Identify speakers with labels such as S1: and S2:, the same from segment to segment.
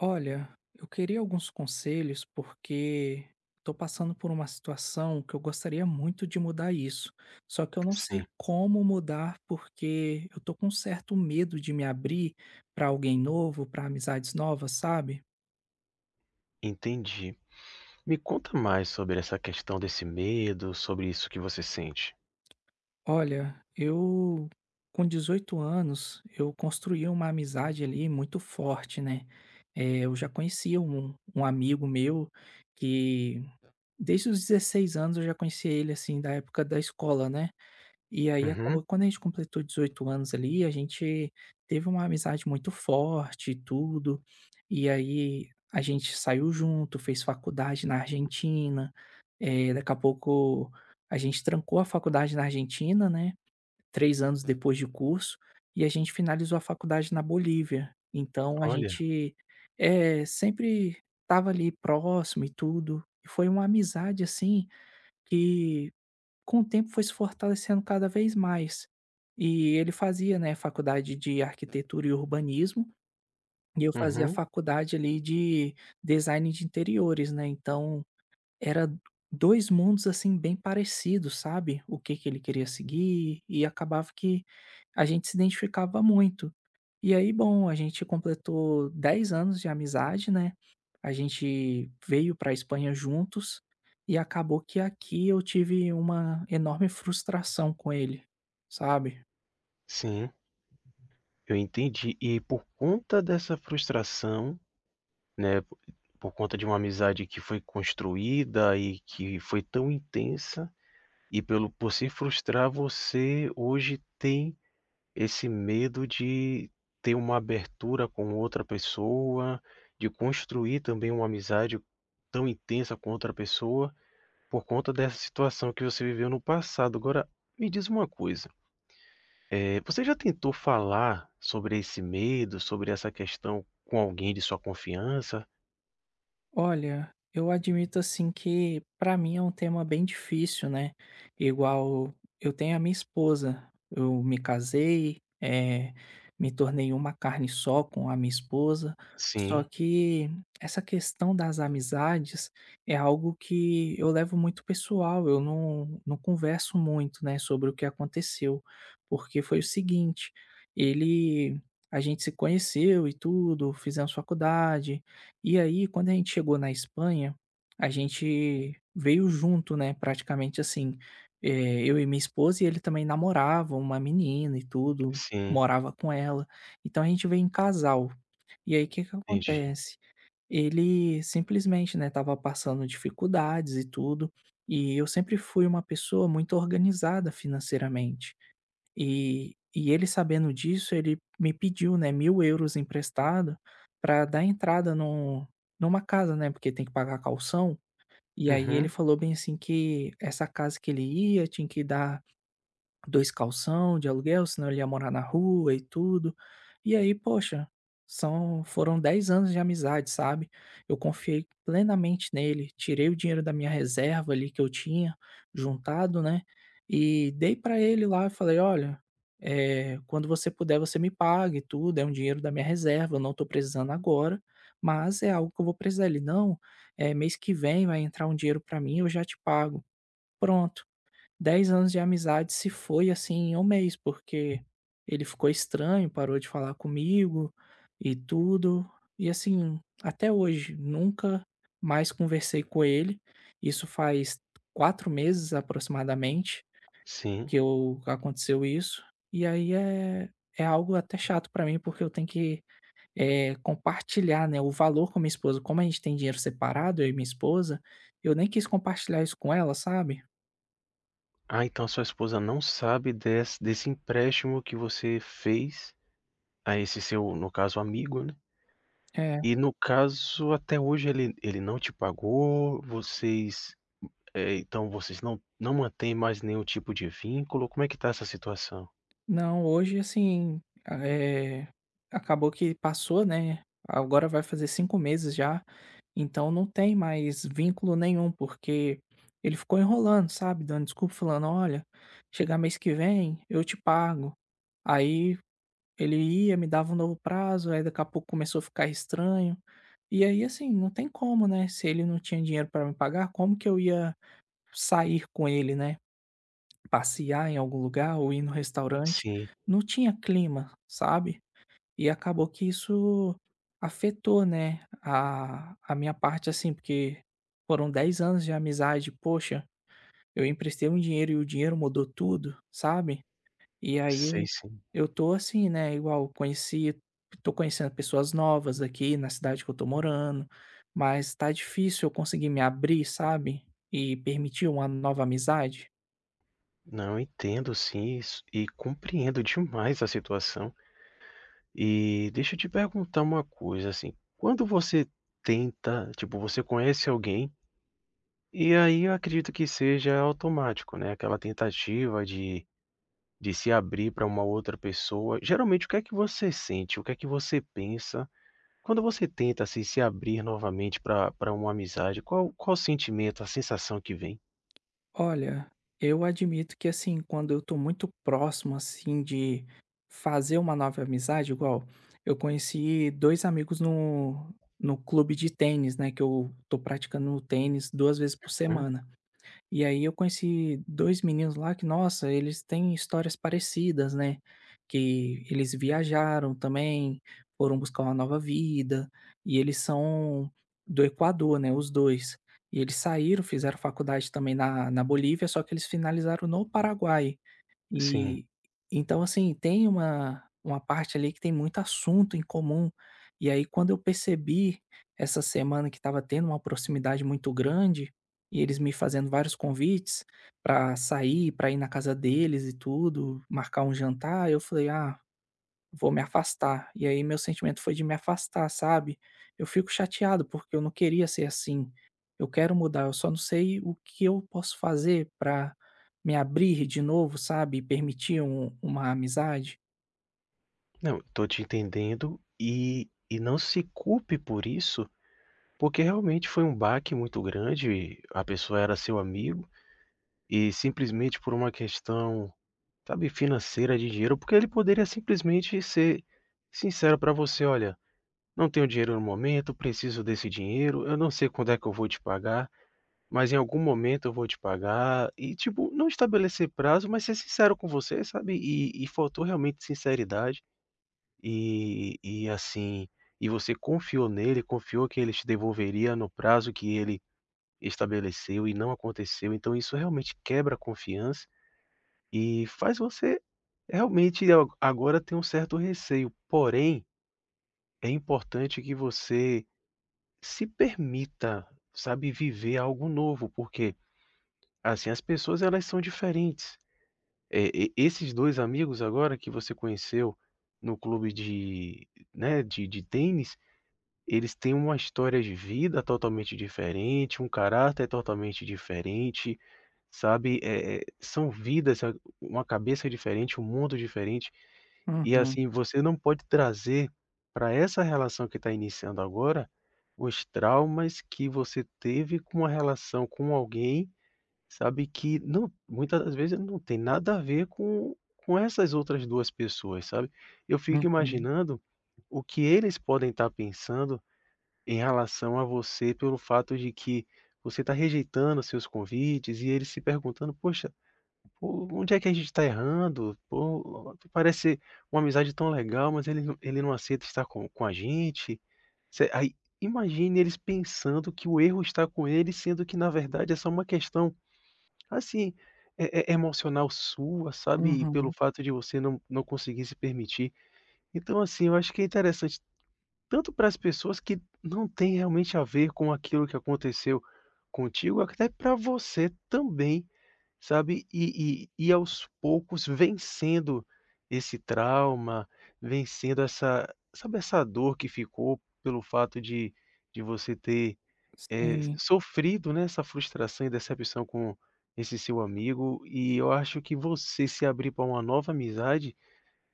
S1: Olha, eu queria alguns conselhos porque estou passando por uma situação que eu gostaria muito de mudar isso. Só que eu não sei
S2: Sim,
S1: como mudar porque eu tô com um certo medo de me abrir para alguém novo, para amizades novas, sabe?
S2: entendi. Me conta mais sobre essa questão desse medo, sobre isso que você sente.
S1: Olha, eu com 18 anos, eu construí uma amizade ali muito forte, né? Eu já conhecia um amigo meu que desde os 16 anos eu já conhecia ele assim da época da escola, né? E aí acabou
S2: Uhum,
S1: que quando a gente completou 18 anos ali, a gente teve uma amizade muito forte e tudo. E aí a gente saiu junto, fez faculdade na Argentina. Daqui a pouco a gente trancou a faculdade na Argentina, né, 3 anos depois de curso, e a gente finalizou a faculdade na Bolívia. Então a
S2: olha,
S1: gente, sempre estava ali próximo e tudo. E foi uma amizade, assim, que com o tempo foi se fortalecendo cada vez mais. E ele fazia, né, faculdade de arquitetura e urbanismo, e eu fazia
S2: uhum,
S1: faculdade ali de design de interiores, né, então era 2 mundos, assim, bem parecidos, sabe, o que que ele queria seguir, e acabava que a gente se identificava muito. E aí, bom, a gente completou 10 anos de amizade, né. A gente veio para a Espanha juntos e acabou que aqui eu tive uma enorme frustração com ele, sabe?
S2: sim, eu entendi. E por conta dessa frustração, né, por conta de uma amizade que foi construída e que foi tão intensa, e pelo por se frustrar, você hoje tem esse medo de ter uma abertura com outra pessoa, de construir também uma amizade tão intensa com outra pessoa por conta dessa situação que você viveu no passado. Agora, me diz uma coisa, você já tentou falar sobre esse medo, sobre essa questão com alguém de sua confiança?
S1: Olha, eu admito assim que pra mim é um tema bem difícil, né? Igual eu tenho a minha esposa, eu me casei, me tornei uma carne só com a minha esposa. Só
S2: Sim,
S1: que essa questão das amizades é algo que eu levo muito pessoal, eu não converso muito, né, sobre o que aconteceu, porque foi o seguinte, ele, a gente se conheceu e tudo, fizemos faculdade, e aí, quando a gente chegou na Espanha, a gente veio junto, né, praticamente assim, eu e minha esposa e ele também namorava uma menina e tudo,
S2: sim,
S1: morava com ela. Então a gente veio em casal. E aí, o que que
S2: entendi.
S1: acontece? Ele simplesmente, né, estava passando dificuldades e tudo, e eu sempre fui uma pessoa muito organizada financeiramente. E ele sabendo disso, ele me pediu, né, 1.000 euros emprestado para dar entrada numa casa, né, porque tem que pagar caução. E aí ele
S2: Uhum,
S1: falou bem assim que essa casa que ele ia tinha que dar 2 calção de aluguel, senão ele ia morar na rua e tudo. E aí, poxa, são foram 10 anos de amizade, sabe. Eu confiei plenamente nele, tirei o dinheiro da minha reserva ali que eu tinha juntado, né, e dei pra ele lá, e falei: "Olha, quando você puder você me paga e tudo, é um dinheiro da minha reserva, eu não tô precisando agora, mas é algo que eu vou precisar". Ele: "Não, é mês que vem vai entrar um dinheiro pra mim, eu já te pago". Pronto, 10 anos de amizade se foi, assim, em um mês, porque ele ficou estranho, parou de falar comigo e tudo. E assim, até hoje, nunca mais conversei com ele. Isso faz 4 meses aproximadamente
S2: sim.
S1: que eu aconteceu isso. E aí é algo até chato pra mim, porque eu tenho que, compartilhar, né, o valor com a minha esposa. Como a gente tem dinheiro separado, eu e minha esposa, eu nem quis compartilhar isso com ela, sabe?
S2: Ah, então sua esposa não sabe desse empréstimo que você fez a esse seu, no caso, amigo, né.
S1: É.
S2: E no caso, até hoje ele não te pagou, vocês, então vocês não mantêm mais nenhum tipo de vínculo, como é que tá essa situação?
S1: Não, hoje assim, a acabou que passou, né, agora vai fazer 5 meses já, então não tem mais vínculo nenhum, porque ele ficou enrolando, sabe, dando desculpa, falando: "Olha, chegar mês que vem eu te pago". Aí ele ia, me dava um novo prazo, aí daqui a pouco começou a ficar estranho. E aí, assim, não tem como, né, se ele não tinha dinheiro para me pagar, como que eu ia sair com ele, né? Passear em algum lugar ou ir no restaurante,
S2: Sim,
S1: não tinha clima, sabe. E acabou que isso afetou, né, a minha parte, assim, porque foram 10 anos de amizade, poxa, eu emprestei um dinheiro e o dinheiro mudou tudo, sabe. E
S2: sei
S1: aí
S2: sim.
S1: eu tô assim, né, igual conheci tô conhecendo pessoas novas aqui na cidade que eu tô morando, mas tá difícil eu conseguir me abrir, sabe, e permitir uma nova amizade.
S2: Não, entendo sim isso e compreendo demais a situação. E deixa eu te perguntar uma coisa, assim, quando você tenta tipo, você conhece alguém, e aí eu acredito que seja automático, né, aquela tentativa de se abrir para uma outra pessoa. Geralmente o que é que você sente, o que é que você pensa quando você tenta, assim, se abrir novamente para uma amizade? Qual o sentimento, a sensação que vem?
S1: Olha, eu admito que assim, quando eu tô muito próximo assim de fazer uma nova amizade, igual eu conheci dois amigos no clube de tênis, né? Que eu tô praticando tênis 2 vezes por
S2: Uhum,
S1: semana. E aí eu conheci 2 meninos lá que, nossa, eles têm histórias parecidas, né, que eles viajaram também, foram buscar uma nova vida, e eles são do Equador, né, os dois. E eles saíram, fizeram faculdade também na Bolívia, só que eles finalizaram no Paraguai.
S2: sim.
S1: E então, assim, tem uma parte ali que tem muito assunto em comum. E aí, quando eu percebi essa semana que estava tendo uma proximidade muito grande e eles me fazendo vários convites para sair, para ir na casa deles e tudo, marcar um jantar, eu falei: "Ah, vou me afastar". E aí meu sentimento foi de me afastar, sabe. Eu fico chateado, porque eu não queria ser assim. Eu quero mudar, eu só não sei o que eu posso fazer pra me abrir de novo, sabe, e permitir uma amizade.
S2: Não, tô te entendendo e não se culpe por isso, porque realmente foi um baque muito grande, a pessoa era seu amigo e simplesmente por uma questão, sabe, financeira de dinheiro, porque ele poderia simplesmente ser sincero para você: "Olha, não tenho dinheiro no momento, preciso desse dinheiro, eu não sei quando é que eu vou te pagar, mas em algum momento eu vou te pagar", e tipo, não estabelecer prazo, mas ser sincero com você, sabe, e faltou realmente sinceridade. E assim, e você confiou nele, confiou que ele te devolveria no prazo que ele estabeleceu e não aconteceu. Então isso realmente quebra a confiança e faz você realmente agora ter um certo receio. Porém, é importante que você se permita, sabe, viver algo novo, porque assim as pessoas elas são diferentes. É, esses dois amigos agora que você conheceu no clube de, né, de tênis. Eles têm uma história de vida totalmente diferente, um caráter totalmente diferente, sabe, são vidas, sabe, uma cabeça diferente, um mundo diferente, e
S1: Uhum,
S2: assim, você não pode trazer para essa relação que está iniciando agora, os traumas que você teve com uma relação com alguém, sabe, que não muitas das vezes não tem nada a ver com essas outras 2 pessoas, sabe. Eu fico
S1: uhum,
S2: imaginando o que eles podem estar pensando em relação a você, pelo fato de que você está rejeitando seus convites e eles se perguntando: "Poxa, pô, onde é que a gente está errando? Pô, parece uma amizade tão legal, mas ele não aceita estar com a gente". Você aí, imagine eles pensando que o erro está com eles, sendo que na verdade é só uma questão, assim, e emocional sua, sabe. E pelo
S1: uhum.
S2: fato de você não conseguir se permitir. Então, assim, eu acho que é interessante tanto para as pessoas que não tem realmente a ver com aquilo que aconteceu contigo, até para você também, sabe, e aos poucos vencendo esse trauma, vencendo essa, sabe, essa dor que ficou pelo fato de você ter,
S1: Sim,
S2: sofrido, né, essa frustração e decepção com esse seu amigo, e eu acho que você se abrir para uma nova amizade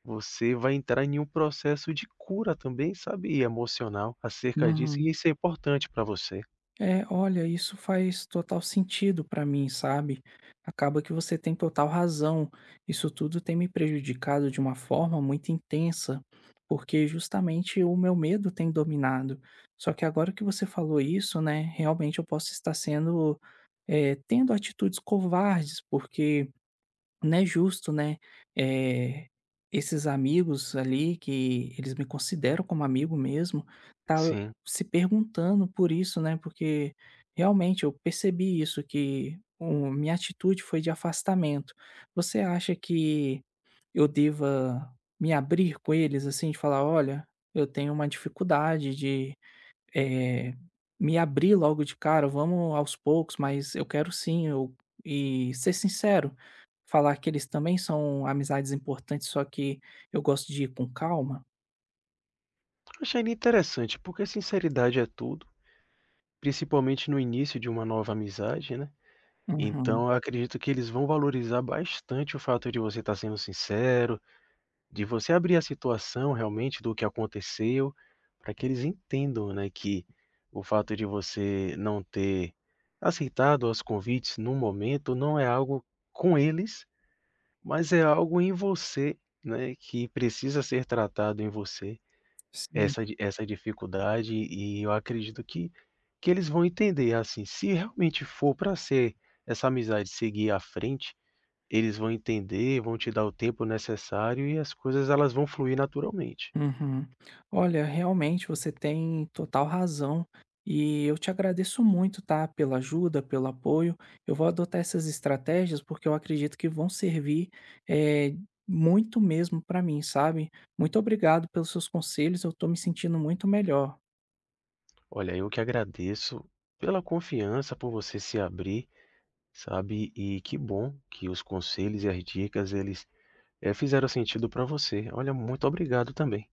S2: você vai entrar em um processo de cura também, sabe, emocional acerca disso, e
S1: uhum.
S2: isso é importante para você.
S1: É, olha, isso faz total sentido pra mim, sabe? Acaba que você tem total razão. Isso tudo tem me prejudicado de uma forma muito intensa, porque justamente o meu medo tem dominado. Só que agora que você falou isso, né, realmente eu posso estar sendo, é, tendo atitudes covardes, porque não é justo, né, eh, esses amigos ali que eles me consideram como amigo mesmo, tá
S2: Sim.
S1: se perguntando por isso, né, porque realmente eu percebi isso, que o minha atitude foi de afastamento. Você acha que eu deva me abrir com eles, assim, de falar: "Olha, eu tenho uma dificuldade de". Eh, Me abrir logo de cara, vamos aos poucos, mas eu quero sim, eu e ser sincero, falar que eles também são amizades importantes, só que eu gosto de ir com calma.
S2: Achei interessante, porque sinceridade é tudo, principalmente no início de uma nova amizade, né.
S1: Uhum,
S2: Então eu acredito que eles vão valorizar bastante o fato de você estar sendo sincero, de você abrir a situação realmente do que aconteceu, para que eles entendam, né, que o fato de você não ter aceitado os convites no momento não é algo com eles, mas é algo em você, né, que precisa ser tratado em você,
S1: sim.
S2: essa di essa dificuldade, e eu acredito que eles vão entender, assim, se realmente for para ser essa amizade seguir à frente, eles vão entender, vão te dar o tempo necessário e as coisas elas vão fluir naturalmente.
S1: Uhum. Olha, realmente você tem total razão e eu te agradeço muito, tá? Pela ajuda, pelo apoio. Eu vou adotar essas estratégias porque eu acredito que vão servir eh, muito mesmo para mim, sabe? Muito obrigado pelos seus conselhos, eu tô me sentindo muito melhor.
S2: Olha, eu que agradeço pela confiança, por você se abrir, sabe, e que bom que os conselhos e as dicas eles, fizeram sentido para você. Olha, muito obrigado também.